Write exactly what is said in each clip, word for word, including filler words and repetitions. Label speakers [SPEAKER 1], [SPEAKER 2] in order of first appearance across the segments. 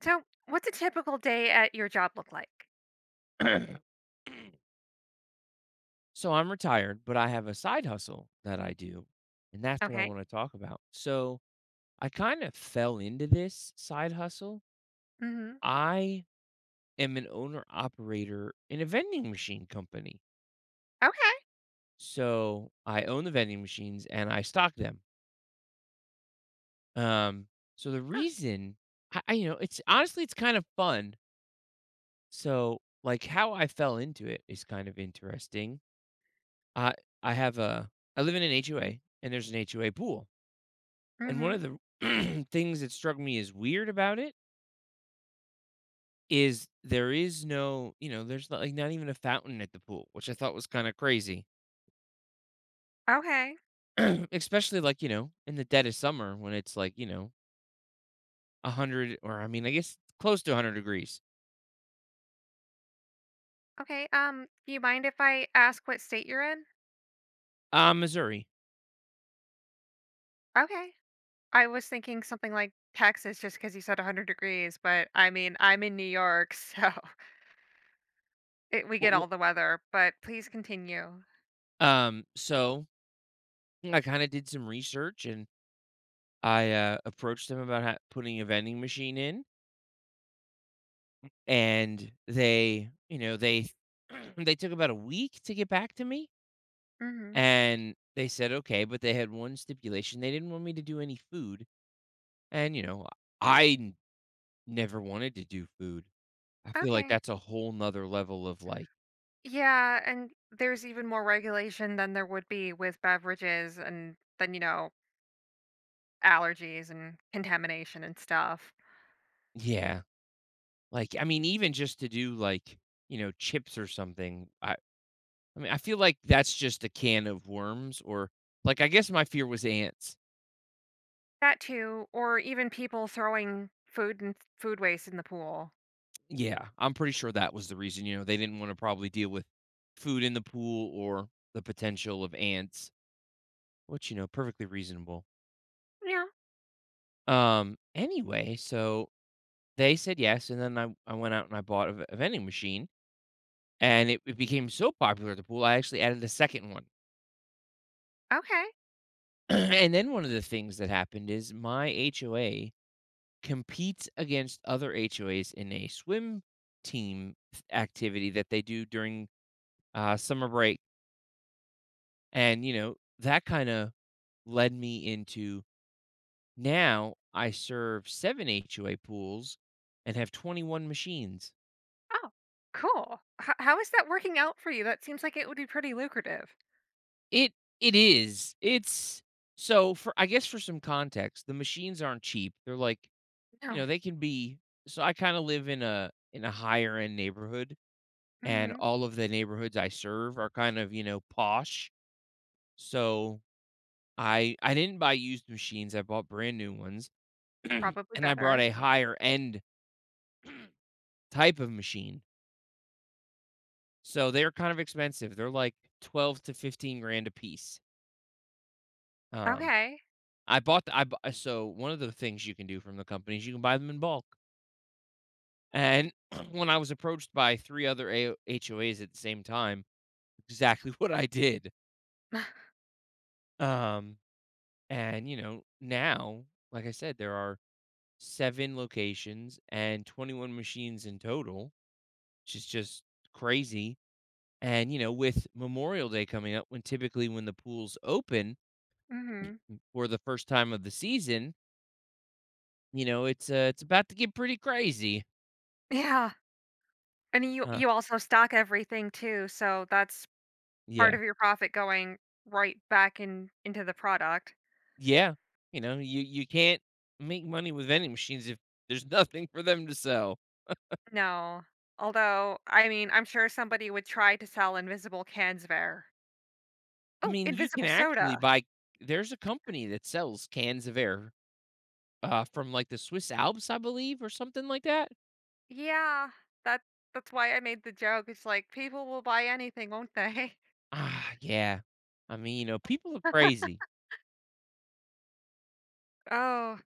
[SPEAKER 1] So, what's a typical day at your job look like?
[SPEAKER 2] So I'm retired, but I have a side hustle that I do, and that's what I
[SPEAKER 1] Okay.
[SPEAKER 2] want to talk about. So I kind of fell into this side hustle.
[SPEAKER 1] Mhm.
[SPEAKER 2] I am an owner operator in a vending machine company.
[SPEAKER 1] Okay.
[SPEAKER 2] So I own the vending machines and I stock them. Um, so the
[SPEAKER 1] Huh.
[SPEAKER 2] reason I, I you know, it's honestly it's kind of fun. So like how I fell into it is kind of interesting. I I have a I live in an H O A and there's an H O A pool. And one
[SPEAKER 1] Mhm.
[SPEAKER 2] of the things that struck me as weird about it is there is no, you know, there's not, like not even a fountain at the pool, which I thought was kind of crazy,
[SPEAKER 1] Okay.
[SPEAKER 2] especially like you know in the dead of summer when it's like you know a hundred or I mean I guess close to a hundred degrees.
[SPEAKER 1] Okay. Um, do you mind if I ask what state you're in?
[SPEAKER 2] Uh, Missouri.
[SPEAKER 1] Okay. I was thinking something like Texas just because you said one hundred degrees, but I mean, I'm in New York, so it, we get all
[SPEAKER 2] Wh-
[SPEAKER 1] the weather, but please continue.
[SPEAKER 2] wh- Um, so I kind of did some research and I uh, approached them about ha- putting a vending machine in, and they, you know, they they took about a week to get back to me.
[SPEAKER 1] Mhm.
[SPEAKER 2] And they said, okay, but they had one stipulation. They didn't want me to do any food. And, you know, I n- never wanted to do food. I feel like
[SPEAKER 1] Okay.
[SPEAKER 2] that's a whole nother level of like,
[SPEAKER 1] Yeah, and there's even more regulation than there would be with beverages and then, you know, allergies and contamination and stuff.
[SPEAKER 2] yeah. Like, I mean, even just to do like, you know, chips or something. I, I mean, I feel like that's just a can of worms or like, I guess my fear was ants.
[SPEAKER 1] That too, or even people throwing food and food waste in the pool.
[SPEAKER 2] Yeah. I'm pretty sure that was the reason, you know, they didn't want to probably deal with food in the pool or the potential of ants, which, you know, perfectly reasonable.
[SPEAKER 1] Yeah.
[SPEAKER 2] Um, anyway, so they said yes, and then I I went out and I bought a, v- a vending machine, and it, it became so popular at the pool, I actually added a second one.
[SPEAKER 1] Okay.
[SPEAKER 2] And then one of the things that happened is my H O A competes against other H O As in a swim team th- activity that they do during uh, summer break, and you know that kind of led me into now I serve seven H O A pools and have twenty-one machines.
[SPEAKER 1] Oh, cool. H- how is that working out for you? That seems like it would be pretty lucrative.
[SPEAKER 2] It it is. It's so, for I guess, for some context, the machines aren't cheap. They're like, you
[SPEAKER 1] No.
[SPEAKER 2] know, they can be. So I kinda live in a in a higher end neighborhood, and
[SPEAKER 1] Hmm.
[SPEAKER 2] all of the neighborhoods I serve are kind of, you know, posh. So I I didn't buy used machines. I bought brand new ones. And
[SPEAKER 1] Probably
[SPEAKER 2] I brought
[SPEAKER 1] better.
[SPEAKER 2] a higher end type of machine. So they're kind of expensive. They're like twelve to fifteen grand a piece. Um
[SPEAKER 1] Okay.
[SPEAKER 2] I bought the I bu uh, so one of the things you can do from the company is you can buy them in bulk, and when I was approached by three other A O H O As at the same time, exactly what I did. Um, and, you know, now, like I said, there are seven locations and twenty-one machines in total, which is just crazy. And, you know, with Memorial Day coming up, when typically when the pools open
[SPEAKER 1] Hmm.
[SPEAKER 2] for the first time of the season, you know, it's, uh, it's about to get pretty crazy.
[SPEAKER 1] Yeah. And you
[SPEAKER 2] Uh,
[SPEAKER 1] you also stock everything too, so that's
[SPEAKER 2] yeah.
[SPEAKER 1] part of your profit going right back in into the product.
[SPEAKER 2] Yeah, you know, you you can't make money with vending machines if there's nothing for them to sell.
[SPEAKER 1] No. Although, I mean, I'm sure somebody would try to sell invisible cans of air.
[SPEAKER 2] I
[SPEAKER 1] Oh,
[SPEAKER 2] mean, you can
[SPEAKER 1] invisible
[SPEAKER 2] actually
[SPEAKER 1] soda.
[SPEAKER 2] buy there's a company that sells cans of air, uh, from, like, the Swiss Alps, I believe, or something like that?
[SPEAKER 1] Yeah, that that's why I made the joke. It's like people will buy anything, won't they?
[SPEAKER 2] Ah, yeah. I mean, you know, people are crazy.
[SPEAKER 1] Oh.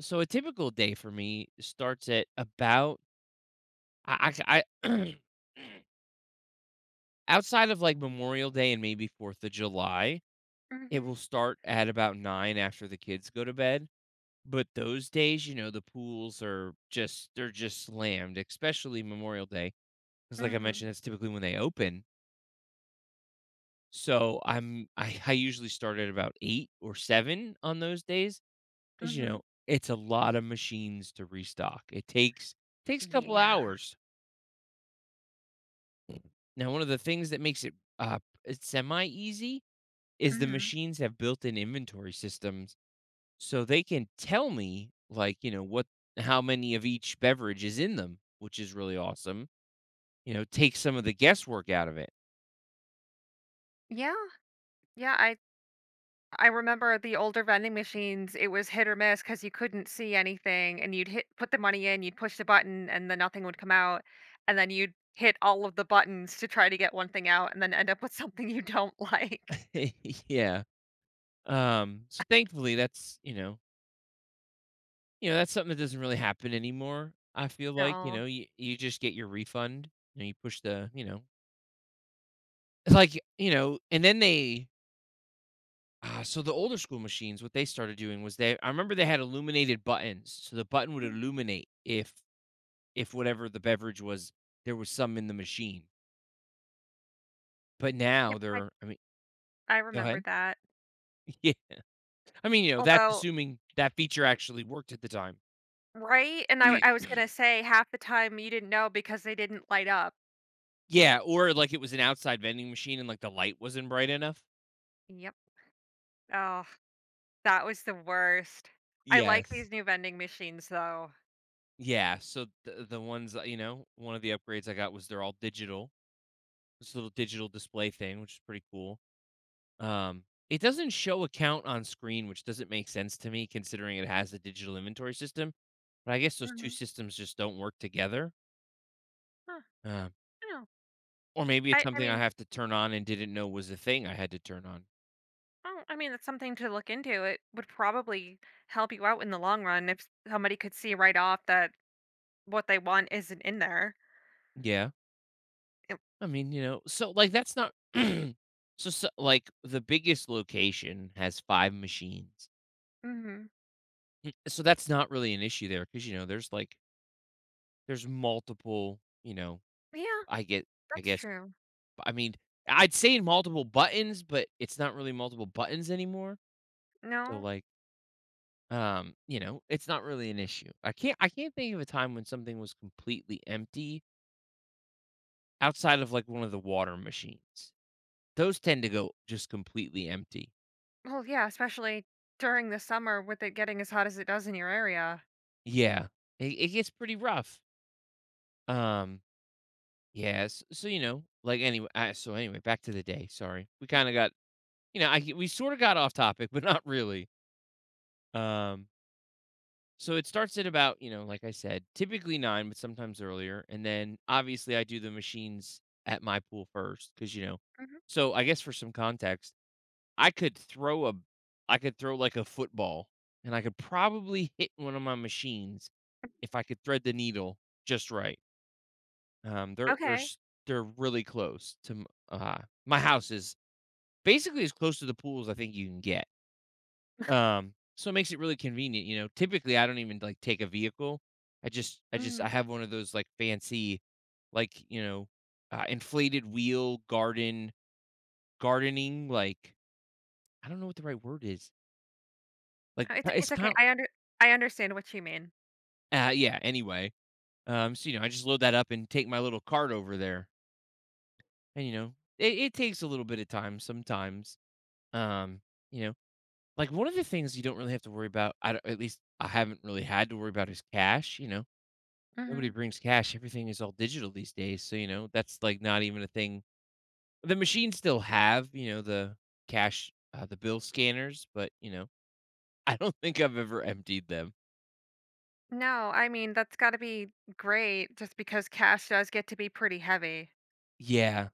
[SPEAKER 2] So a typical day for me starts at about I I I outside of, like, Memorial Day and maybe fourth of July, it will
[SPEAKER 1] Mhm.
[SPEAKER 2] start at about nine after the kids go to bed. But those days, you know, the pools are just they're just slammed, especially Memorial Day. Because, like I
[SPEAKER 1] Mhm.
[SPEAKER 2] mentioned, that's typically when they open. So I'm I I usually start at about eight or seven on those days, because you know,
[SPEAKER 1] Mhm.
[SPEAKER 2] it's a lot of machines to restock. It takes takes a couple
[SPEAKER 1] Yeah.
[SPEAKER 2] hours. Now, one of the things that makes it, uh, semi-easy is the
[SPEAKER 1] Mhm.
[SPEAKER 2] machines have built-in inventory systems, so they can tell me, like, you know, what how many of each beverage is in them, which is really awesome. You know, take some of the guesswork out of
[SPEAKER 1] Yeah. Yeah, I I remember the older vending machines, it was hit or miss because you couldn't see anything and you'd hit put the money in, you'd push the button and then nothing would come out, and then you'd hit all of the buttons to try to get one thing out and then end up with something you don't like.
[SPEAKER 2] it. Yeah. Um, so thankfully that's, you know you know, that's something that doesn't really happen anymore. I feel like, you
[SPEAKER 1] No.
[SPEAKER 2] know, you you just get your refund and you push the you know, it's like, you know, and then they ah, so the older school machines, what they started doing was they I remember they had illuminated buttons, so the button would
[SPEAKER 1] Mhm.
[SPEAKER 2] illuminate if if whatever the beverage was, there was some in the machine. But
[SPEAKER 1] Yep,
[SPEAKER 2] now
[SPEAKER 1] I
[SPEAKER 2] they're, I mean,
[SPEAKER 1] I
[SPEAKER 2] go
[SPEAKER 1] remember
[SPEAKER 2] ahead.
[SPEAKER 1] that.
[SPEAKER 2] Yeah. I mean, you know, that's
[SPEAKER 1] Although,
[SPEAKER 2] assuming that feature actually worked at the time.
[SPEAKER 1] right? And I I was gonna say half the time you didn't know because they didn't light up.
[SPEAKER 2] Yeah, or like it was an outside vending machine and like the light wasn't bright enough.
[SPEAKER 1] Yep. Oh, that was the worst. I like
[SPEAKER 2] Yes.
[SPEAKER 1] these new vending machines though.
[SPEAKER 2] Yeah, so the the ones that, you know, one of the upgrades I got was they're all digital. This little digital display thing, which is pretty cool. Um, it doesn't show a count on screen, which doesn't make sense to me considering it has a digital inventory system. But I guess those two
[SPEAKER 1] Mhm.
[SPEAKER 2] systems just don't work together.
[SPEAKER 1] Huh,
[SPEAKER 2] Um,
[SPEAKER 1] I know.
[SPEAKER 2] or maybe it's
[SPEAKER 1] I I
[SPEAKER 2] something I
[SPEAKER 1] mean,
[SPEAKER 2] have to turn on and didn't know was a thing I had to turn on.
[SPEAKER 1] oh, I mean, that's something to look into. It would probably help you out in the long run if somebody could see right off that what they want isn't in there.
[SPEAKER 2] Yeah.
[SPEAKER 1] It.
[SPEAKER 2] I mean, you know, so, like, that's not. so so like, the biggest location has five machines.
[SPEAKER 1] Mhm.
[SPEAKER 2] Mm, so that's not really an issue there because you know, there's, like there's multiple, you know,
[SPEAKER 1] Yeah,
[SPEAKER 2] I get I
[SPEAKER 1] that's
[SPEAKER 2] guess,
[SPEAKER 1] true.
[SPEAKER 2] I mean, I'd say multiple buttons, but it's not really multiple buttons anymore. So,
[SPEAKER 1] No?
[SPEAKER 2] like, um, you know, it's not really an issue. I can't I can't think of a time when something was completely empty outside of, like, one of the water machines. Those tend to go just completely empty.
[SPEAKER 1] Well, yeah, especially during the summer with it getting as hot as it does in your area.
[SPEAKER 2] Yeah, it, it gets pretty rough. Um, yes. So you know, like anyway. I, so anyway, back to the day. Sorry, we kind of got, you know, I we sort of got off topic, but not really. Um, so it starts at about, you know, like I said, typically nine, but sometimes earlier, and then obviously I do the machines at my pool first because you know.
[SPEAKER 1] Mhm.
[SPEAKER 2] So I guess for some context, I could throw a, I could throw like a football, and I could probably hit one of my machines if I could thread the needle just right. Um, they're they're
[SPEAKER 1] Okay.
[SPEAKER 2] s they're really close to m uh, my house is basically as close to the pool as I think you can get. Um, so it makes it really convenient, you know? Typically, I don't even, like, take a vehicle. I just I just I
[SPEAKER 1] Mhm.
[SPEAKER 2] have one of those, like, fancy, like, you know, uh, inflated wheel garden gardening, like I don't know what the right word is. Like,
[SPEAKER 1] Uh, it's
[SPEAKER 2] uh, it's
[SPEAKER 1] it's
[SPEAKER 2] kind
[SPEAKER 1] okay,
[SPEAKER 2] of,
[SPEAKER 1] I under I understand what you mean.
[SPEAKER 2] uh, yeah, anyway, um, so, you know, I just load that up and take my little cart over there, and, you know, it it takes a little bit of time sometimes, um, you know? Like, one of the things you don't really have to worry about, I don't at least I haven't really had to worry about, is cash, you know? Nobody
[SPEAKER 1] Mhm.
[SPEAKER 2] brings cash, everything is all digital these days, so, you know, that's, like, not even a thing. The machines still have, you know, the cash, uh, the bill scanners, but, you know, I don't think I've ever emptied them.
[SPEAKER 1] No, I mean, that's gotta be great just because cash does get to be pretty heavy,
[SPEAKER 2] Yeah.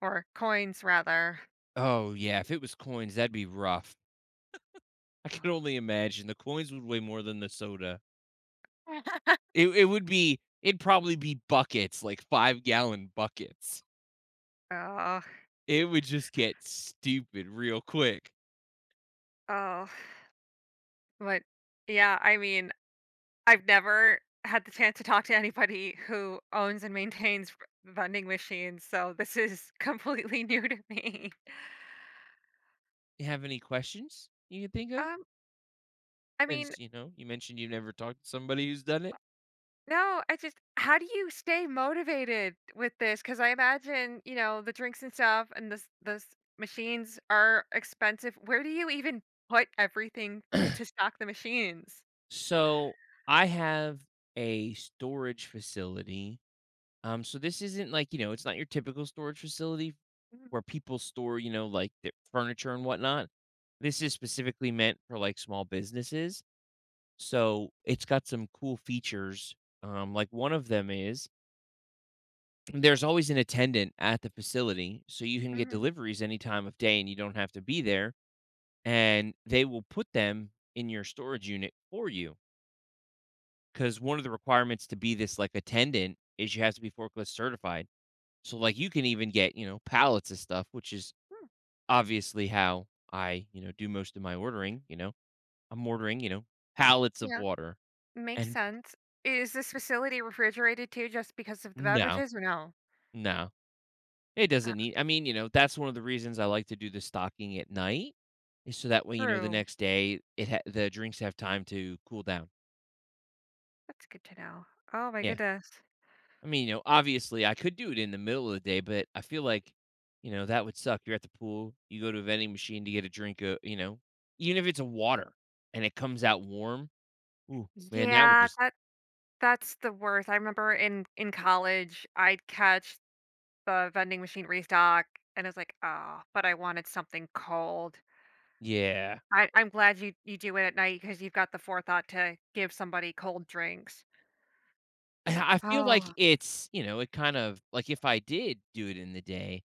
[SPEAKER 1] or coins rather.
[SPEAKER 2] Oh, yeah, if it was coins, that'd be rough. I can
[SPEAKER 1] Oh.
[SPEAKER 2] only imagine the coins would weigh more than the soda. It it would be it'd probably be buckets, like five-gallon buckets.
[SPEAKER 1] Oh,
[SPEAKER 2] It would just get stupid real quick.
[SPEAKER 1] oh. But, yeah, I mean, I've never had the chance to talk to anybody who owns and maintains v vending machines, so this is completely new to me.
[SPEAKER 2] You have any questions you can think of?
[SPEAKER 1] Um, I mean
[SPEAKER 2] Since, you know, you mentioned you've never talked to somebody who's done it.
[SPEAKER 1] No, I just how do you stay motivated with this? Because I imagine, you know, the drinks and stuff and this this machines are expensive. Where do you even put everything to stock the machines?
[SPEAKER 2] So I have a storage facility. Um, so this isn't like, you know, it's not your typical storage facility
[SPEAKER 1] Mhm,
[SPEAKER 2] where people store, you know, like their furniture and whatnot. This is specifically meant for like small businesses. So it's got some cool features. Um, like one of them is, there's always an attendant at the facility, so you can get
[SPEAKER 1] mhm.
[SPEAKER 2] deliveries any time of day and you don't have to be there, and they will put them in your storage unit for you. Cause one of the requirements to be this, like, attendant is you have to be forklift certified. So, like, you can even get, you know, pallets of stuff, which is
[SPEAKER 1] Hmm,
[SPEAKER 2] obviously how I, you know, do most of my ordering, you know? I'm ordering, you know, pallets of
[SPEAKER 1] yeah,
[SPEAKER 2] water,
[SPEAKER 1] makes
[SPEAKER 2] and
[SPEAKER 1] sense. Is this facility refrigerated too just because of the
[SPEAKER 2] no,
[SPEAKER 1] beverages or no?
[SPEAKER 2] no. It doesn't
[SPEAKER 1] Ah,
[SPEAKER 2] need, I mean, you know, that's one of the reasons I like to do the stocking at night, is so that way, you know, the
[SPEAKER 1] true.
[SPEAKER 2] next day it ha the drinks have time to cool down.
[SPEAKER 1] That's good to know. Oh my
[SPEAKER 2] Yeah.
[SPEAKER 1] goodness.
[SPEAKER 2] I mean, you know, obviously, I could do it in the middle of the day, but I feel like, you know, that would suck. You're at the pool, you go to a vending machine to get a drink, uh, you know, even if it's a water and it comes out warm, ooh, man, that would
[SPEAKER 1] Yeah,
[SPEAKER 2] just,
[SPEAKER 1] that that's the worst. I remember in in college, I'd catch the vending machine restock, and it's like, "Oh, but I wanted something cold."
[SPEAKER 2] yeah.
[SPEAKER 1] I I'm glad you you do it at night because 'cause you've got the forethought to give somebody cold drinks.
[SPEAKER 2] I I feel like
[SPEAKER 1] Oh,
[SPEAKER 2] it's, you know, it kind of like, if I did do it in the day,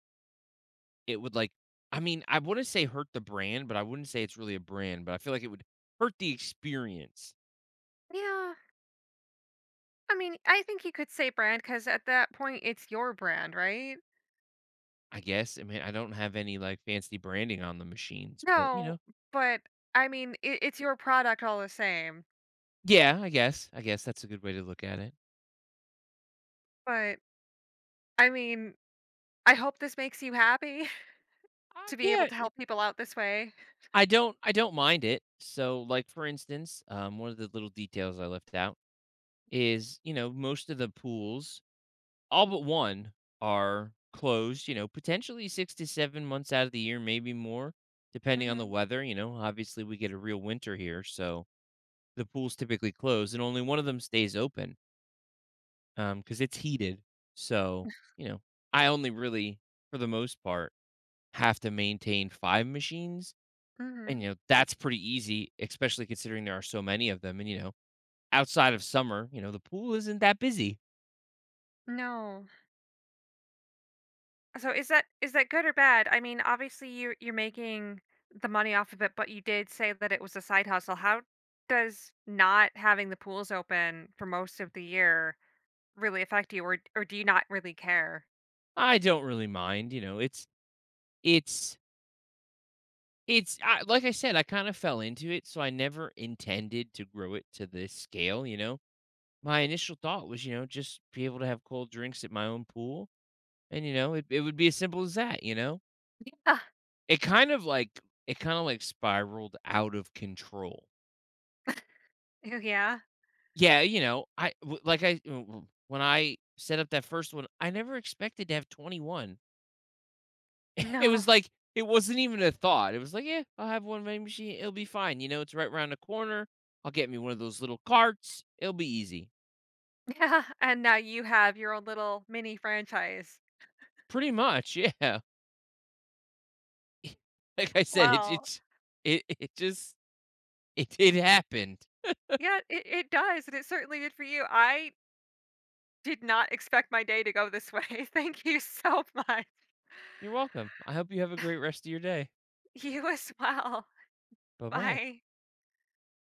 [SPEAKER 2] it would, like, I mean, I wouldn't say hurt the brand, but I wouldn't say it's really a brand, but I feel like it would hurt the experience,
[SPEAKER 1] yeah. I mean, I think you could say brand because at that point, it's your brand, right?
[SPEAKER 2] I guess. I mean, I don't have any, like, fancy branding on the machines, but, you
[SPEAKER 1] No,
[SPEAKER 2] know
[SPEAKER 1] but, I mean, it it's your product all the same.
[SPEAKER 2] yeah, I guess I guess that's a good way to look at it.
[SPEAKER 1] But, I mean, I hope this makes you happy
[SPEAKER 2] Uh,
[SPEAKER 1] to be able
[SPEAKER 2] yeah,
[SPEAKER 1] to
[SPEAKER 2] it
[SPEAKER 1] help people out this way.
[SPEAKER 2] I don't I don't mind it. So, like, for instance, um, one of the little details I left out is, you know, most of the pools, all but one, are closed, you know, potentially six to seven months out of the year, maybe more, depending on the
[SPEAKER 1] Mhm,
[SPEAKER 2] weather. You know, obviously we get a real winter here. So the pool's typically closed and only one of them stays open, um, because it's heated. So, you know, I only really, for the most part, have to maintain five machines. And,
[SPEAKER 1] mhm.
[SPEAKER 2] you know, that's pretty easy, especially considering there are so many of them. And, you know, outside of summer, you know, the pool isn't that busy.
[SPEAKER 1] No. So is that is that good or bad? I mean, obviously you you're making the money off of it, but you did say that it was a side hustle. How does not having the pools open for most of the year really affect you, or or do you not really care?
[SPEAKER 2] I don't really mind. You know, it's, it's, It's I, like I said, I kind of fell into it, so I never intended to grow it to this scale, you know? My initial thought was, you know, just be able to have cold drinks at my own pool, and, you know, it it would be as simple as that, you know?
[SPEAKER 1] Ah,
[SPEAKER 2] It kind of like it kinda, like, spiraled out of control.
[SPEAKER 1] oh yeah,
[SPEAKER 2] Yeah, you know, I w like I w w when I set up that first one, I never expected to have twenty-one. It
[SPEAKER 1] no,
[SPEAKER 2] was like it wasn't even a thought. It was like, "Yeah, I'll have one vending machine. It'll be fine. You know, it's right around the corner. I'll get me one of those little carts. It'll be easy."
[SPEAKER 1] yeah, and now you have your own little mini franchise.
[SPEAKER 2] Pretty much, yeah. Like I said, it
[SPEAKER 1] Well,
[SPEAKER 2] it's it it just it it happened.
[SPEAKER 1] yeah, it, it does, and it certainly did for you. I did not expect my day to go this way. Thank you so much.
[SPEAKER 2] You're welcome. I hope you have a great rest of your day.
[SPEAKER 1] You as well.
[SPEAKER 2] Bye-bye.
[SPEAKER 1] Bye.